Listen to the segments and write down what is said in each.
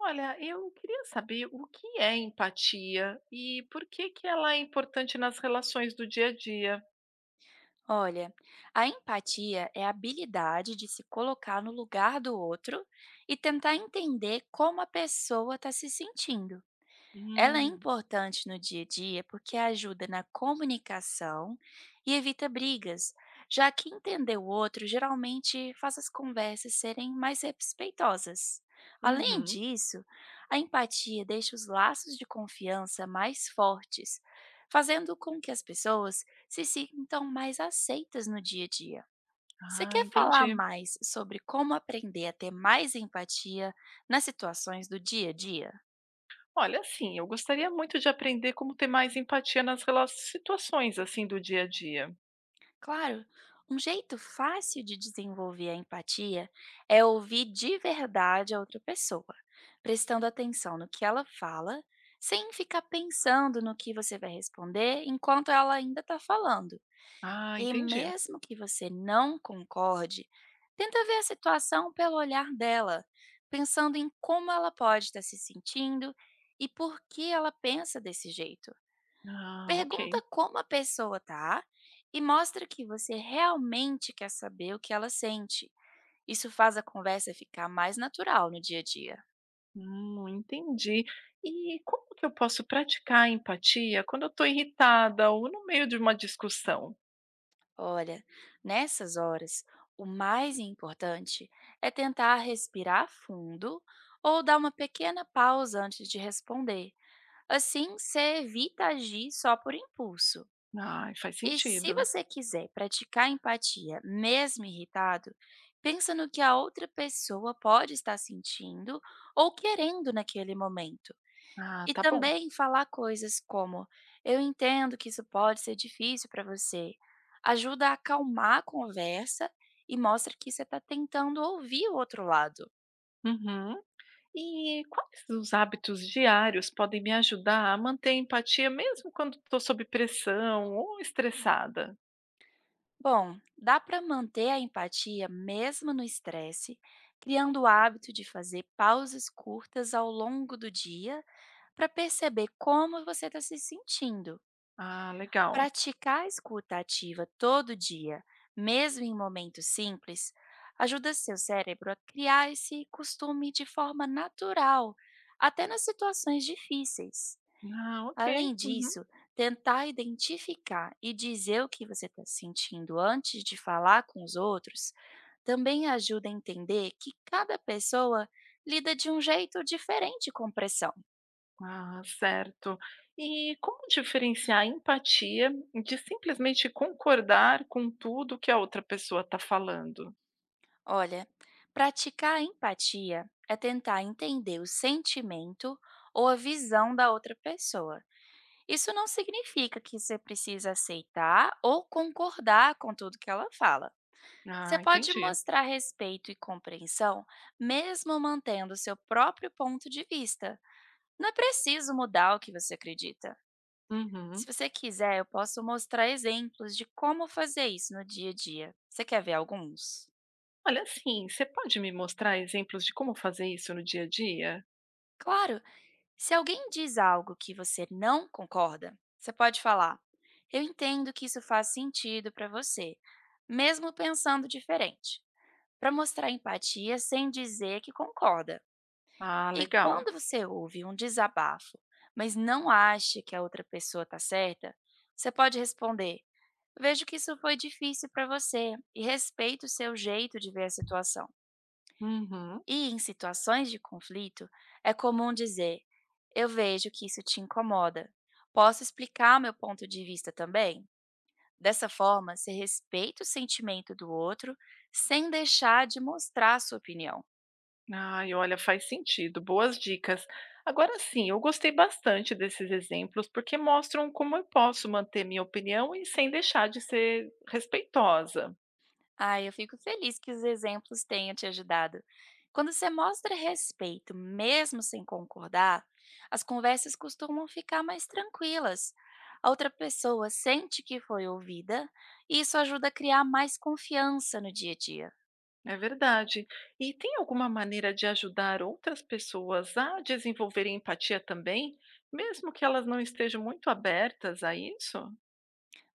Olha, eu queria saber o que é empatia e por que que ela é importante nas relações do dia a dia. Olha, a empatia é a habilidade de se colocar no lugar do outro e tentar entender como a pessoa está se sentindo. Ela é Hum, importante no dia a dia porque ajuda na comunicação e evita brigas, já que entender o outro geralmente faz as conversas serem mais respeitosas. Além uhum. disso, a empatia deixa os laços de confiança mais fortes, fazendo com que as pessoas se sintam mais aceitas no dia a dia. Você Ah, quer falar entendi. mais sobre como aprender a ter mais empatia nas situações do dia a dia? Olha, assim, eu gostaria muito de aprender como ter mais empatia nas situações assim do dia a dia. Claro, um jeito fácil de desenvolver a empatia é ouvir de verdade a outra pessoa, prestando atenção no que ela fala, sem ficar pensando no que você vai responder enquanto ela ainda está falando. Ah, E entendi. mesmo que você não concorde, tenta ver a situação pelo olhar dela, pensando em como ela pode estar se sentindo e por que ela pensa desse jeito. Ah, ok. Pergunta como a pessoa tá e mostra que você realmente quer saber o que ela sente. Isso faz a conversa ficar mais natural no dia a dia. Entendi. E como que eu posso praticar a empatia quando eu estou irritada ou no meio de uma discussão? Olha, nessas horas, o mais importante é tentar respirar fundo ou dar uma pequena pausa antes de responder. Assim, você evita agir só por impulso. Ah, faz E se sentido. você quiser praticar empatia, mesmo irritado, pensa no que a outra pessoa pode estar sentindo ou querendo naquele momento. Ah, E tá bom. também falar coisas como: Eu entendo que isso pode ser difícil para você. Ajuda a acalmar a conversa e mostra que você está tentando ouvir o outro lado. Uhum. E quais os hábitos diários podem me ajudar a manter a empatia mesmo quando estou sob pressão ou estressada? Bom, dá para manter a empatia mesmo no estresse, criando o hábito de fazer pausas curtas ao longo do dia para perceber como você está se sentindo. Ah, legal. Praticar a escuta ativa todo dia, mesmo em momentos simples, ajuda seu cérebro a criar esse costume de forma natural, até nas situações difíceis. Ah, ok. Além Uhum. disso, tentar identificar e dizer o que você está sentindo antes de falar com os outros também ajuda a entender que cada pessoa lida de um jeito diferente com pressão. Ah, certo. E como diferenciar a empatia de simplesmente concordar com tudo que a outra pessoa está falando? Olha, praticar a empatia é tentar entender o sentimento ou a visão da outra pessoa. Isso não significa que você precisa aceitar ou concordar com tudo que ela fala. Você Ah, pode entendi. mostrar respeito e compreensão, mesmo mantendo seu próprio ponto de vista. Não é preciso mudar o que você acredita. Se Uhum. você quiser, eu posso mostrar exemplos de como fazer isso no dia a dia. Você quer ver alguns? Olha, assim, você pode me mostrar exemplos de como fazer isso no dia a dia? Claro! Se alguém diz algo que você não concorda, você pode falar: Eu entendo que isso faz sentido para você, mesmo pensando diferente, para mostrar empatia sem dizer que concorda. Ah, E legal. quando você ouve um desabafo, mas não acha que a outra pessoa está certa, você pode responder: Vejo que isso foi difícil para você e respeito o seu jeito de ver a situação. Uhum. E em situações de conflito, é comum dizer: Eu vejo que isso te incomoda. Posso explicar meu ponto de vista também? Dessa forma, você respeita o sentimento do outro sem deixar de mostrar sua opinião. Ai, olha, faz sentido. Boas dicas. Agora sim, eu gostei bastante desses exemplos porque mostram como eu posso manter minha opinião e sem deixar de ser respeitosa. Ai, eu fico feliz que os exemplos tenham te ajudado. Quando você mostra respeito, mesmo sem concordar, as conversas costumam ficar mais tranquilas. A outra pessoa sente que foi ouvida e isso ajuda a criar mais confiança no dia a dia. É verdade. E tem alguma maneira de ajudar outras pessoas a desenvolverem empatia também, mesmo que elas não estejam muito abertas a isso?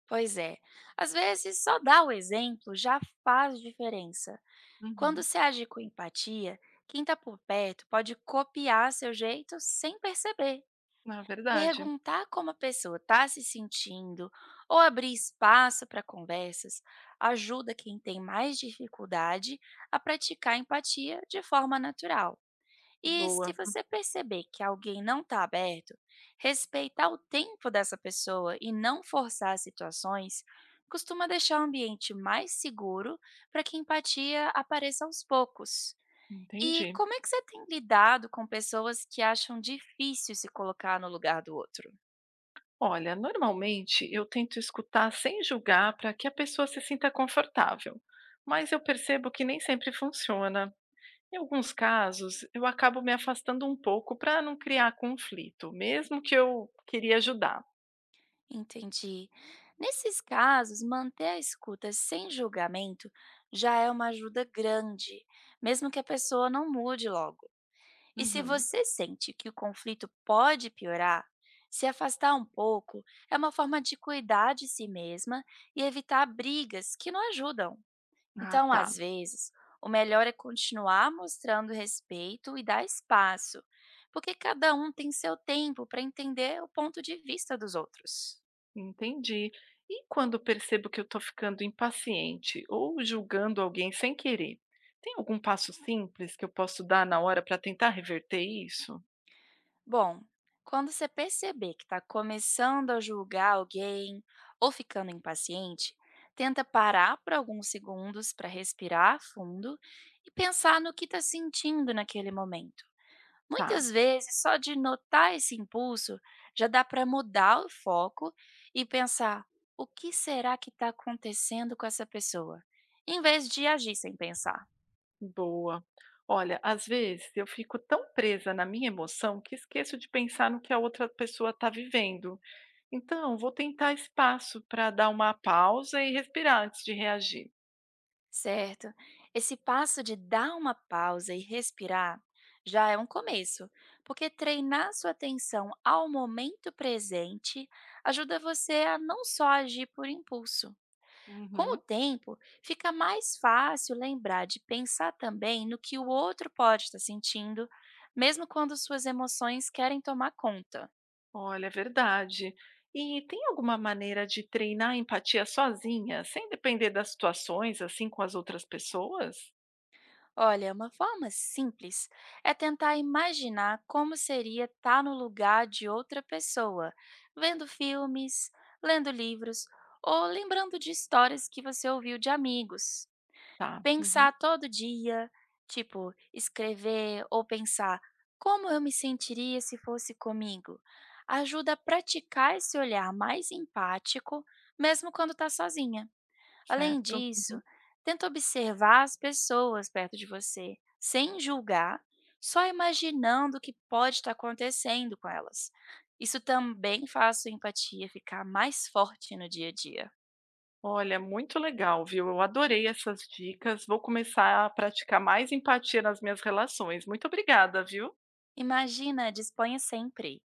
Pois é, às vezes só dar o exemplo já faz diferença. Quando Uhum. se age com empatia, quem está por perto pode copiar seu jeito sem perceber. Na verdade. Perguntar como a pessoa está se sentindo ou abrir espaço para conversas ajuda quem tem mais dificuldade a praticar empatia de forma natural. E se Boa. você perceber que alguém não está aberto, respeitar o tempo dessa pessoa e não forçar as situações costuma deixar o ambiente mais seguro para que a empatia apareça aos poucos. E Entendi. como é que você tem lidado com pessoas que acham difícil se colocar no lugar do outro? Olha, normalmente eu tento escutar sem julgar para que a pessoa se sinta confortável, mas eu percebo que nem sempre funciona. Em alguns casos, eu acabo me afastando um pouco para não criar conflito, mesmo que eu queria ajudar. Entendi. Nesses casos, manter a escuta sem julgamento já é uma ajuda grande, mesmo que a pessoa não mude logo. E se Uhum. você sente que o conflito pode piorar, se afastar um pouco é uma forma de cuidar de si mesma e evitar brigas que não ajudam. Ah, Então, tá, às vezes, o melhor é continuar mostrando respeito e dar espaço, porque cada um tem seu tempo para entender o ponto de vista dos outros. entendi. E quando percebo que eu estou ficando impaciente ou julgando alguém sem querer, tem algum passo simples que eu posso dar na hora para tentar reverter isso? Bom, quando você perceber que está começando a julgar alguém ou ficando impaciente, tenta parar por alguns segundos para respirar fundo e pensar no que está sentindo naquele momento. Tá. Muitas vezes, só de notar esse impulso, já dá para mudar o foco e pensar o que será que está acontecendo com essa pessoa, em vez de agir sem pensar. Boa. Olha, às vezes eu fico tão presa na minha emoção que esqueço de pensar no que a outra pessoa está vivendo. Então, vou tentar espaço para dar uma pausa e respirar antes de reagir. Certo. Esse passo de dar uma pausa e respirar já é um começo, porque treinar sua atenção ao momento presente ajuda você a não só agir por impulso. Com o Uhum. tempo, fica mais fácil lembrar de pensar também no que o outro pode estar sentindo, mesmo quando suas emoções querem tomar conta. Olha, é verdade. E tem alguma maneira de treinar a empatia sozinha, sem depender das situações, assim com as outras pessoas? Olha, uma forma simples é tentar imaginar como seria estar no lugar de outra pessoa, vendo filmes, lendo livros ou lembrando de histórias que você ouviu de amigos. Tá, uhum, Pensar todo dia, tipo, escrever ou pensar como eu me sentiria se fosse comigo, ajuda a praticar esse olhar mais empático, mesmo quando está sozinha. Além certo. Uhum. disso, tenta observar as pessoas perto de você, sem julgar, só imaginando o que pode estar acontecendo com elas. Isso também faz sua empatia ficar mais forte no dia a dia. Olha, muito legal, viu? Eu adorei essas dicas. Vou começar a praticar mais empatia nas minhas relações. Muito obrigada, viu? Imagina, disponha sempre.